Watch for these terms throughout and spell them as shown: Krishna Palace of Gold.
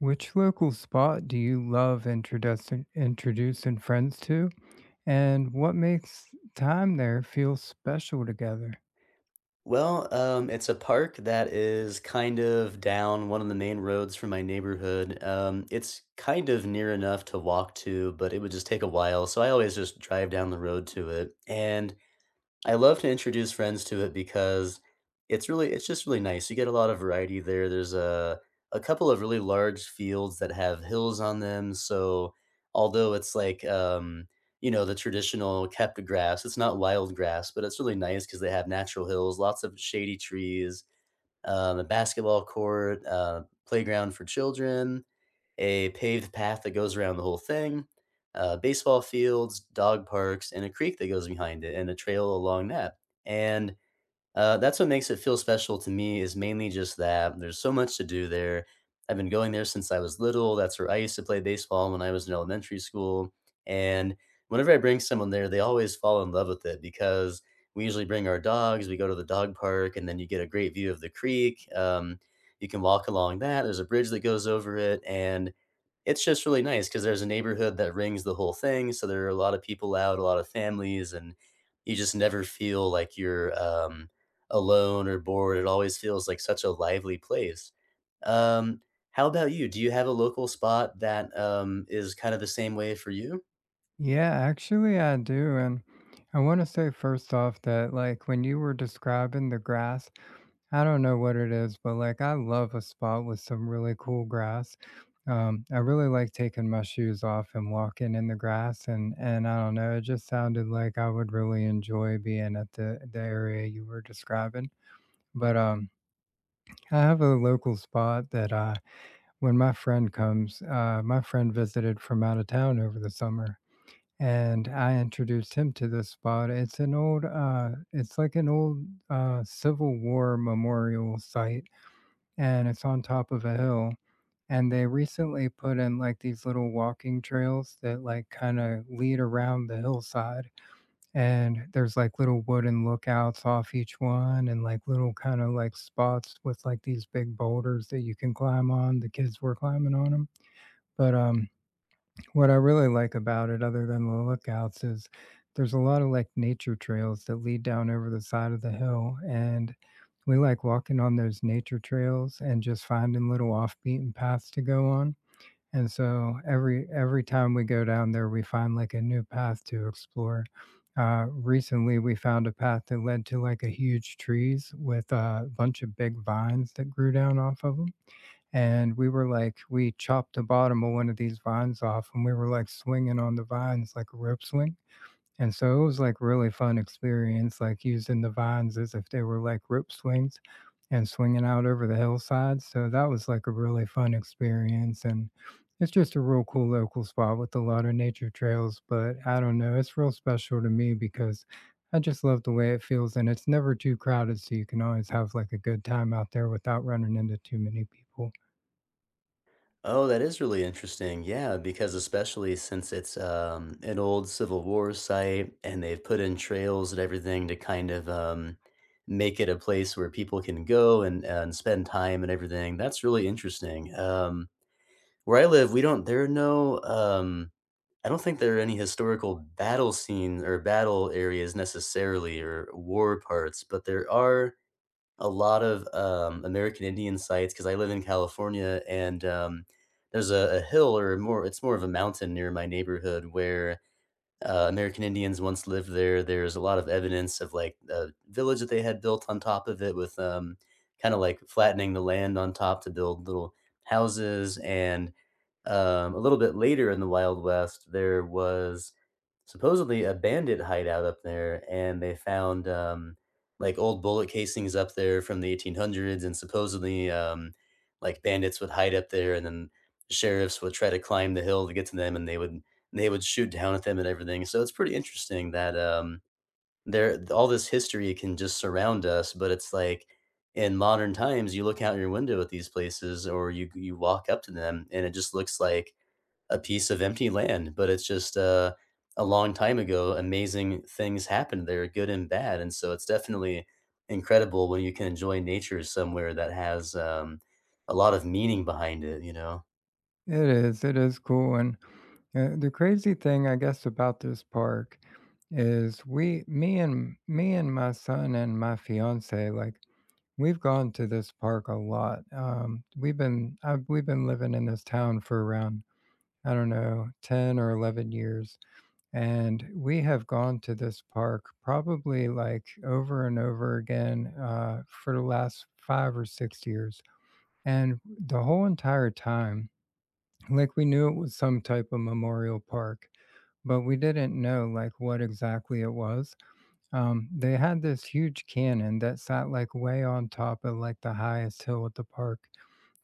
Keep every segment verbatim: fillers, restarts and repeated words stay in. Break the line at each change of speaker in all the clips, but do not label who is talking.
Which local spot do you love introducing introducing friends to, and what makes time there feel special together?
Well, um, it's a park that is kind of down one of the main roads from my neighborhood. Um, it's kind of near enough to walk to, but it would just take a while, so I always just drive down the road to it, and I love to introduce friends to it because it's really it's just really nice. You get a lot of variety there. There's a a couple of really large fields that have hills on them, so although it's like um, you know, the traditional kept grass, it's not wild grass, but it's really nice because they have natural hills, lots of shady trees, um, a basketball court, uh, playground for children, a paved path that goes around the whole thing, uh, baseball fields, dog parks, and a creek that goes behind it, and a trail along that. And uh, that's what makes it feel special to me is mainly just that there's so much to do there. I've been going there since I was little. That's where I used to play baseball when I was in elementary school. And whenever I bring someone there, they always fall in love with it because we usually bring our dogs. We go to the dog park, and then you get a great view of the creek. Um, you can walk along that. There's a bridge that goes over it, and it's just really nice because there's a neighborhood that rings the whole thing, so there are a lot of people out, a lot of families, and you just never feel like you're, um, alone or bored. It always feels like such a lively place. Um, how about you? Do you have a local spot that, um, is kinda the same way for you?
Yeah, actually, I do, and I want to say first off that like when you were describing the grass, I don't know what it is, but like I love a spot with some really cool grass. Um, I really like taking my shoes off and walking in the grass, and and I don't know, it just sounded like I would really enjoy being at the the area you were describing. But, um, I have a local spot that, I, when my friend comes, uh, my friend visited from out of town over the summer, and I introduced him to this spot. It's an old, uh, it's like an old, uh, Civil War memorial site, and it's on top of a hill. And they recently put in like these little walking trails that like kind of lead around the hillside, and there's like little wooden lookouts off each one, and like little kind of like spots with like these big boulders that you can climb on. The kids were climbing on them, but um what I really like about it other than the lookouts is there's a lot of like nature trails that lead down over the side of the hill, and we like walking on those nature trails and just finding little off beaten paths to go on. And so every every time we go down there, we find like a new path to explore. Uh, recently, we found a path that led to like a huge trees with a bunch of big vines that grew down off of them. And we were like, we chopped the bottom of one of these vines off, and we were like swinging on the vines like a rope swing, and so it was like really fun experience, like using the vines as if they were like rope swings and swinging out over the hillside. So that was like a really fun experience. And it's just a real cool local spot with a lot of nature trails. But I don't know, it's real special to me because I just love the way it feels. And it's never too crowded. So you can always have like a good time out there without running into too many people.
Oh, that is really interesting. Yeah, because especially since it's um, an old Civil War site and they've put in trails and everything to kind of um, make it a place where people can go and, and spend time and everything. That's really interesting. Um, where I live, we don't, there are no, um, I don't think there are any historical battle scenes or battle areas necessarily or war parts, but there are a lot of, um, American Indian sites, because I live in California, and, um, there's a a hill or more it's more of a mountain near my neighborhood where, uh, American Indians once lived there. There's a lot of evidence of, like, a village that they had built on top of it with, um, kinda, like, flattening the land on top to build little houses, and um, a little bit later in the Wild West, there was supposedly a bandit hideout up there, and they found um, like old bullet casings up there from the eighteen hundreds, and supposedly um, like bandits would hide up there, and then sheriffs would try to climb the hill to get to them, and they would they would shoot down at them and everything. So it's pretty interesting that um, there all this history can just surround us, but it's like, in modern times, you look out your window at these places or you you walk up to them, and it just looks like a piece of empty land, but it's just, uh, a long time ago, amazing things happened there, good and bad, and so it's definitely incredible when you can enjoy nature somewhere that has, um, a lot of meaning behind it, you know?
It is, it is cool. And Uh, the crazy thing, I guess, about this park is we, me and me and my son and my fiance, like we've gone to this park a lot. Um, we've been I've, we've been living in this town for around I don't know ten or eleven years, and we have gone to this park probably like over and over again uh, for the last five or six years. And the whole entire time, like, we knew it was some type of memorial park, but we didn't know, like, what exactly it was. Um, they had this huge cannon that sat, like, way on top of, like, the highest hill at the park,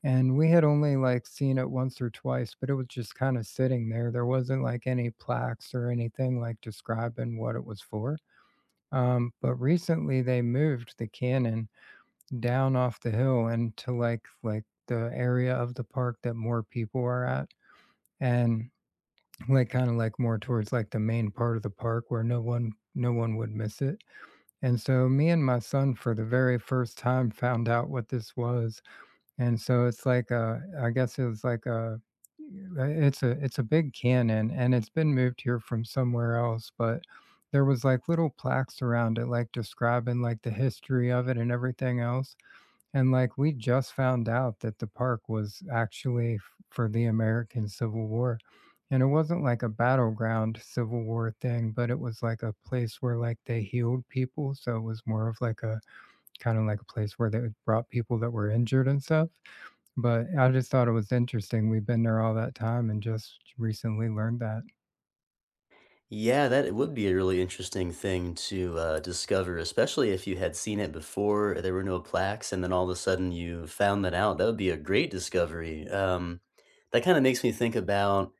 and we had only, like, seen it once or twice, but it was just kinda sitting there. There wasn't, like, any plaques or anything, like, describing what it was for. Um, but recently, they moved the cannon down off the hill into, like like, the area of the park that more people are at, and like kind of like more towards like the main part of the park where no one no one would miss it. And so me and my son for the very first time found out what this was. And so it's like a, I guess it was like a, it's a, it's a big cannon and it's been moved here from somewhere else, but there was like little plaques around it like describing like the history of it and everything else. And, like, we just found out that the park was actually f for the American Civil War, and it wasn't like a battleground Civil War thing, but it was, like, a place where, like, they healed people, so it was more of, like, a kinda like a place where they brought people that were injured and stuff, but I just thought it was interesting, we've been there all that time and just recently learned that.
Yeah, that would be a really interesting thing to, uh, discover, especially if you had seen it before, there were no plaques, and then all of a sudden you found that out. That would be a great discovery. Um, that kinda makes me think about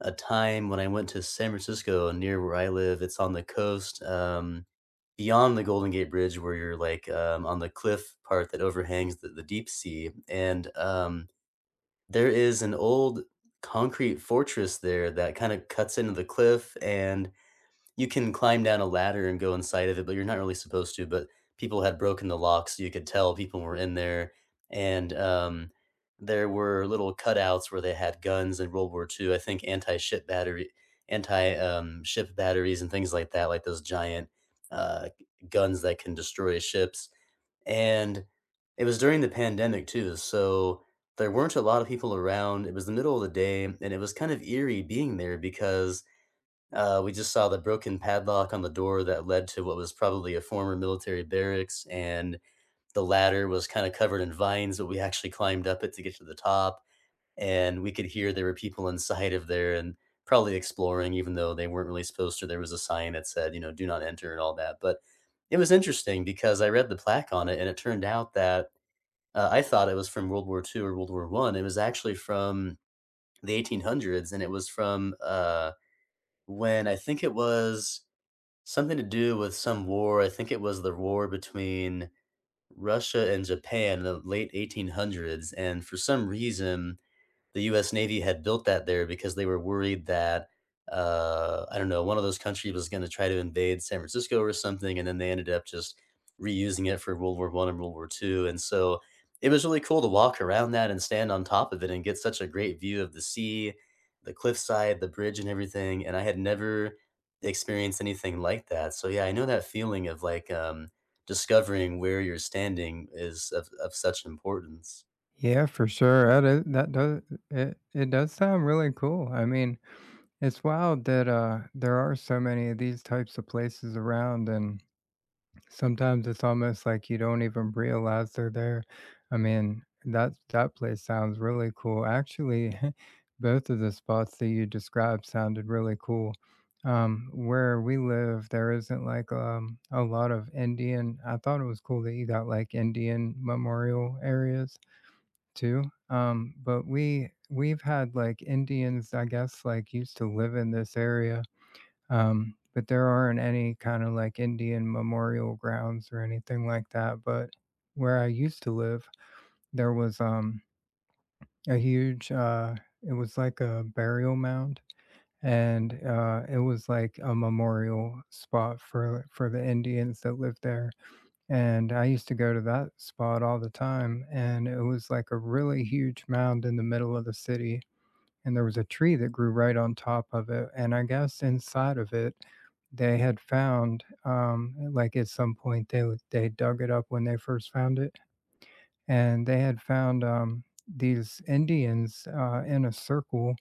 a time when I went to San Francisco near where I live. It's on the coast, um, beyond the Golden Gate Bridge where you're, like, um, on the cliff part that overhangs the the deep sea, and, um, there is an old concrete fortress there that kinda cuts into the cliff and you can climb down a ladder and go inside of it, but you're not really supposed to, but people had broken the lock, so you could tell people were in there, and, um, there were little cutouts where they had guns in World War Two, I think anti-ship battery anti, um, ship batteries and things like that, like those giant, uh, guns that can destroy ships, and it was during the pandemic too, so there weren't a lot of people around. It was the middle of the day, and it was kind of eerie being there because uh, we just saw the broken padlock on the door that led to what was probably a former military barracks, and the ladder was kind of covered in vines, but we actually climbed up it to get to the top, and we could hear there were people inside of there and probably exploring, even though they weren't really supposed to. There was a sign that said, you know, do not enter and all that. But it was interesting because I read the plaque on it, and it turned out that uh, I thought it was from World War Two or World War One. It was actually from the eighteen hundreds, and it was from uh, when I think it was Something to do with some war. I think it was the war between Russia and Japan in the late eighteen hundreds, and for some reason, the U S Navy had built that there because they were worried that, uh, I don't know, one of those countries was going to try to invade San Francisco or something. And then they ended up just reusing it for World War One and World War Two. And so it was really cool to walk around that and stand on top of it and get such a great view of the sea, the cliffside, the bridge, and everything. And I had never experienced anything like that. So yeah, I know that feeling of like um, discovering where you're standing is of, of such importance.
Yeah, for sure, that is, that does, it it does sound really cool, I mean it's wild that, uh, there are so many of these types of places around, and sometimes it's almost like you don't even realize they're there. I mean, that that place sounds really cool. Actually, both of the spots that you described sounded really cool. Um, where we live, there isn't, like, um, a lot of Indian, I thought it was cool that you got, like, Indian memorial areas too. Um, but we we've had like Indians, I guess, like used to live in this area. Um, but there aren't any kind of like Indian memorial grounds or anything like that. But where I used to live, there was um a huge uh it was like a burial mound, and uh it was like a memorial spot for for the Indians that lived there. And I used to go to that spot all the time, and it was like a really huge mound in the middle of the city, and there was a tree that grew right on top of it, and I guess inside of it, they had found, um, like at some point they w they dug it up when they first found it, and they had found, um, these Indians, uh, in a circle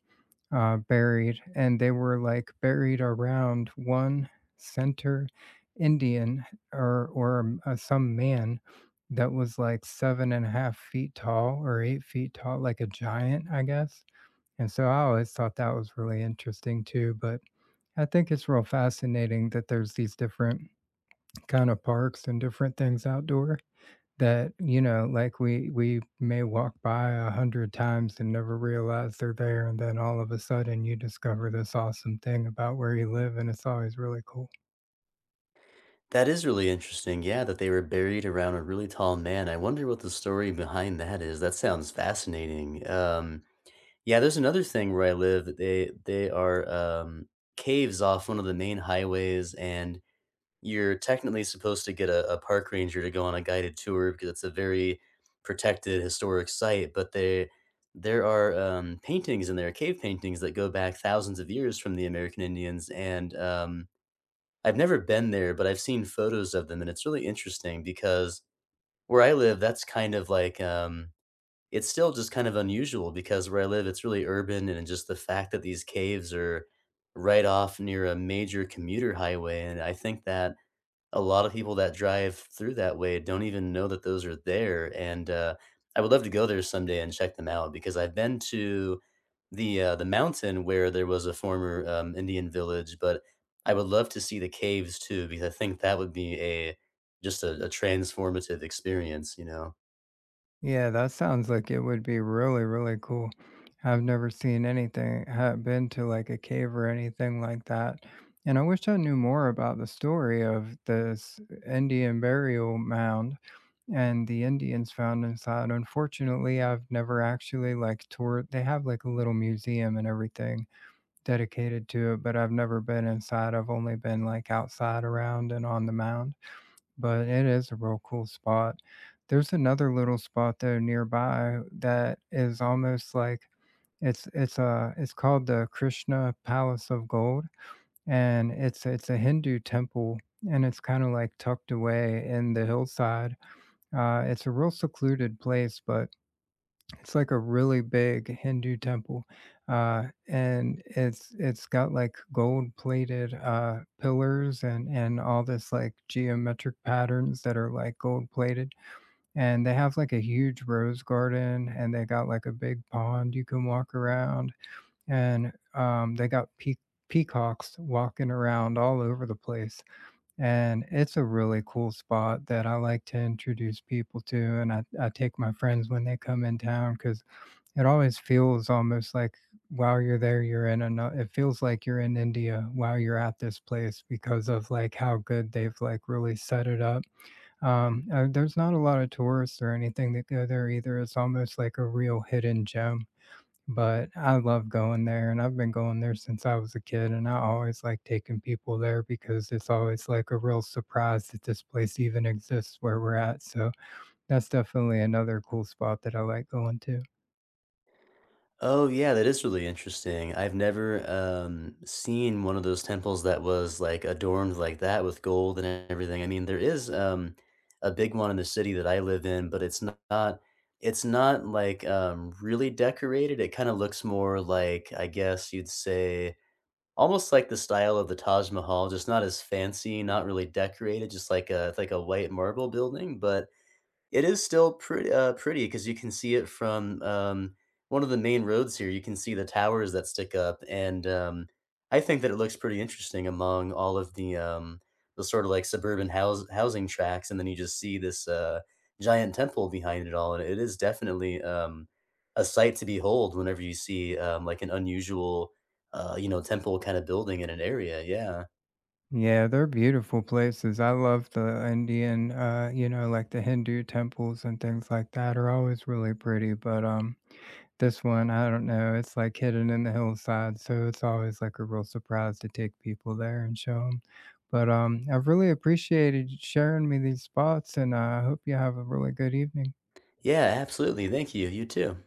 uh, buried, and they were like buried around one center Indian, or or um, uh, some man that was like seven and a half feet tall or eight feet tall, like a giant, I guess. And so I always thought that was really interesting too. But I think it's real fascinating that there's these different kind of parks and different things outdoor that, you know, like we we may walk by a hundred times and never realize they're there, and then all of a sudden you discover this awesome thing about where you live, and it's always really cool.
That is really interesting, yeah, that they were buried around a really tall man. I wonder what the story behind that is. That sounds fascinating. Um, yeah, there's another thing where I live. That They they are um, caves off one of the main highways, and you're technically supposed to get a, a park ranger to go on a guided tour because it's a very protected historic site. But they there are um, paintings in there, cave paintings that go back thousands of years from the American Indians, and um, I've never been there, but I've seen photos of them, and it's really interesting because where I live, that's kind of like, um, it's still just kind of unusual because where I live, it's really urban, and just the fact that these caves are right off near a major commuter highway, and I think that a lot of people that drive through that way don't even know that those are there, and, uh, I would love to go there someday and check them out because I've been to the, uh, the mountain where there was a former, um, Indian village, but I would love to see the caves too because I think that would be a just a a transformative experience, you know?
Yeah, that sounds like it would be really, really cool. I've never seen anything, have been to like a cave or anything like that. And I wish I knew more about the story of this Indian burial mound and the Indians found inside. Unfortunately, I've never actually like toured. They have like a little museum and everything dedicated to it, but I've never been inside. I've only been like outside around and on the mound, but it is a real cool spot. There's another little spot though nearby that is almost like, it's it's a it's called the Krishna Palace of Gold, and it's it's a Hindu temple, and it's kind of like tucked away in the hillside. Uh, it's a real secluded place, but it's like a really big Hindu temple, uh, and it's it's got like gold plated uh, pillars, and and all this like geometric patterns that are like gold plated, and they have like a huge rose garden, and they got like a big pond you can walk around, and um, they got peak peacocks walking around all over the place. And it's a really cool spot that I like to introduce people to, and i, I take my friends when they come in town because it always feels almost like while you're there, you're in ano it feels like you're in India while you're at this place because of, like, how good they've, like, really set it up. Um, uh, there's not a lot of tourists or anything that go there either, it's almost like a real hidden gem, but I love going there, and I've been going there since I was a kid, and I always like taking people there because it's always, like, a real surprise that this place even exists where we're at, so that's definitely another cool spot that I like going to.
Oh, yeah, that is really interesting. I've never, um, seen one of those temples that was, like, adorned like that with gold and everything. I mean, there is, um, a big one in the city that I live in, but it's not it's not, like, um, really decorated. It kinda looks more like, I guess you'd say, almost like the style of the Taj Mahal, just not as fancy, not really decorated, just like a it's like a white marble building, but it is still pretty uh, pretty because you can see it from, um, one of the main roads here, you can see the towers that stick up, and, um, I think that it looks pretty interesting among all of the, um, the sort of, like, suburban house housing tracks. And then you just see this, uh, giant temple behind it all, and it is definitely, um, a sight to behold whenever you see, um, like, an unusual, uh, you know, temple kinda building in an area, yeah.
Yeah, they're beautiful places. I love the Indian, uh, you know, like the Hindu temples and things like that are always really pretty. But um, this one, I don't know, it's like hidden in the hillside, so it's always like a real surprise to take people there and show them. But um, I've really appreciated you sharing me these spots, and uh, I hope you have a really good evening.
Yeah, absolutely, thank you, you too.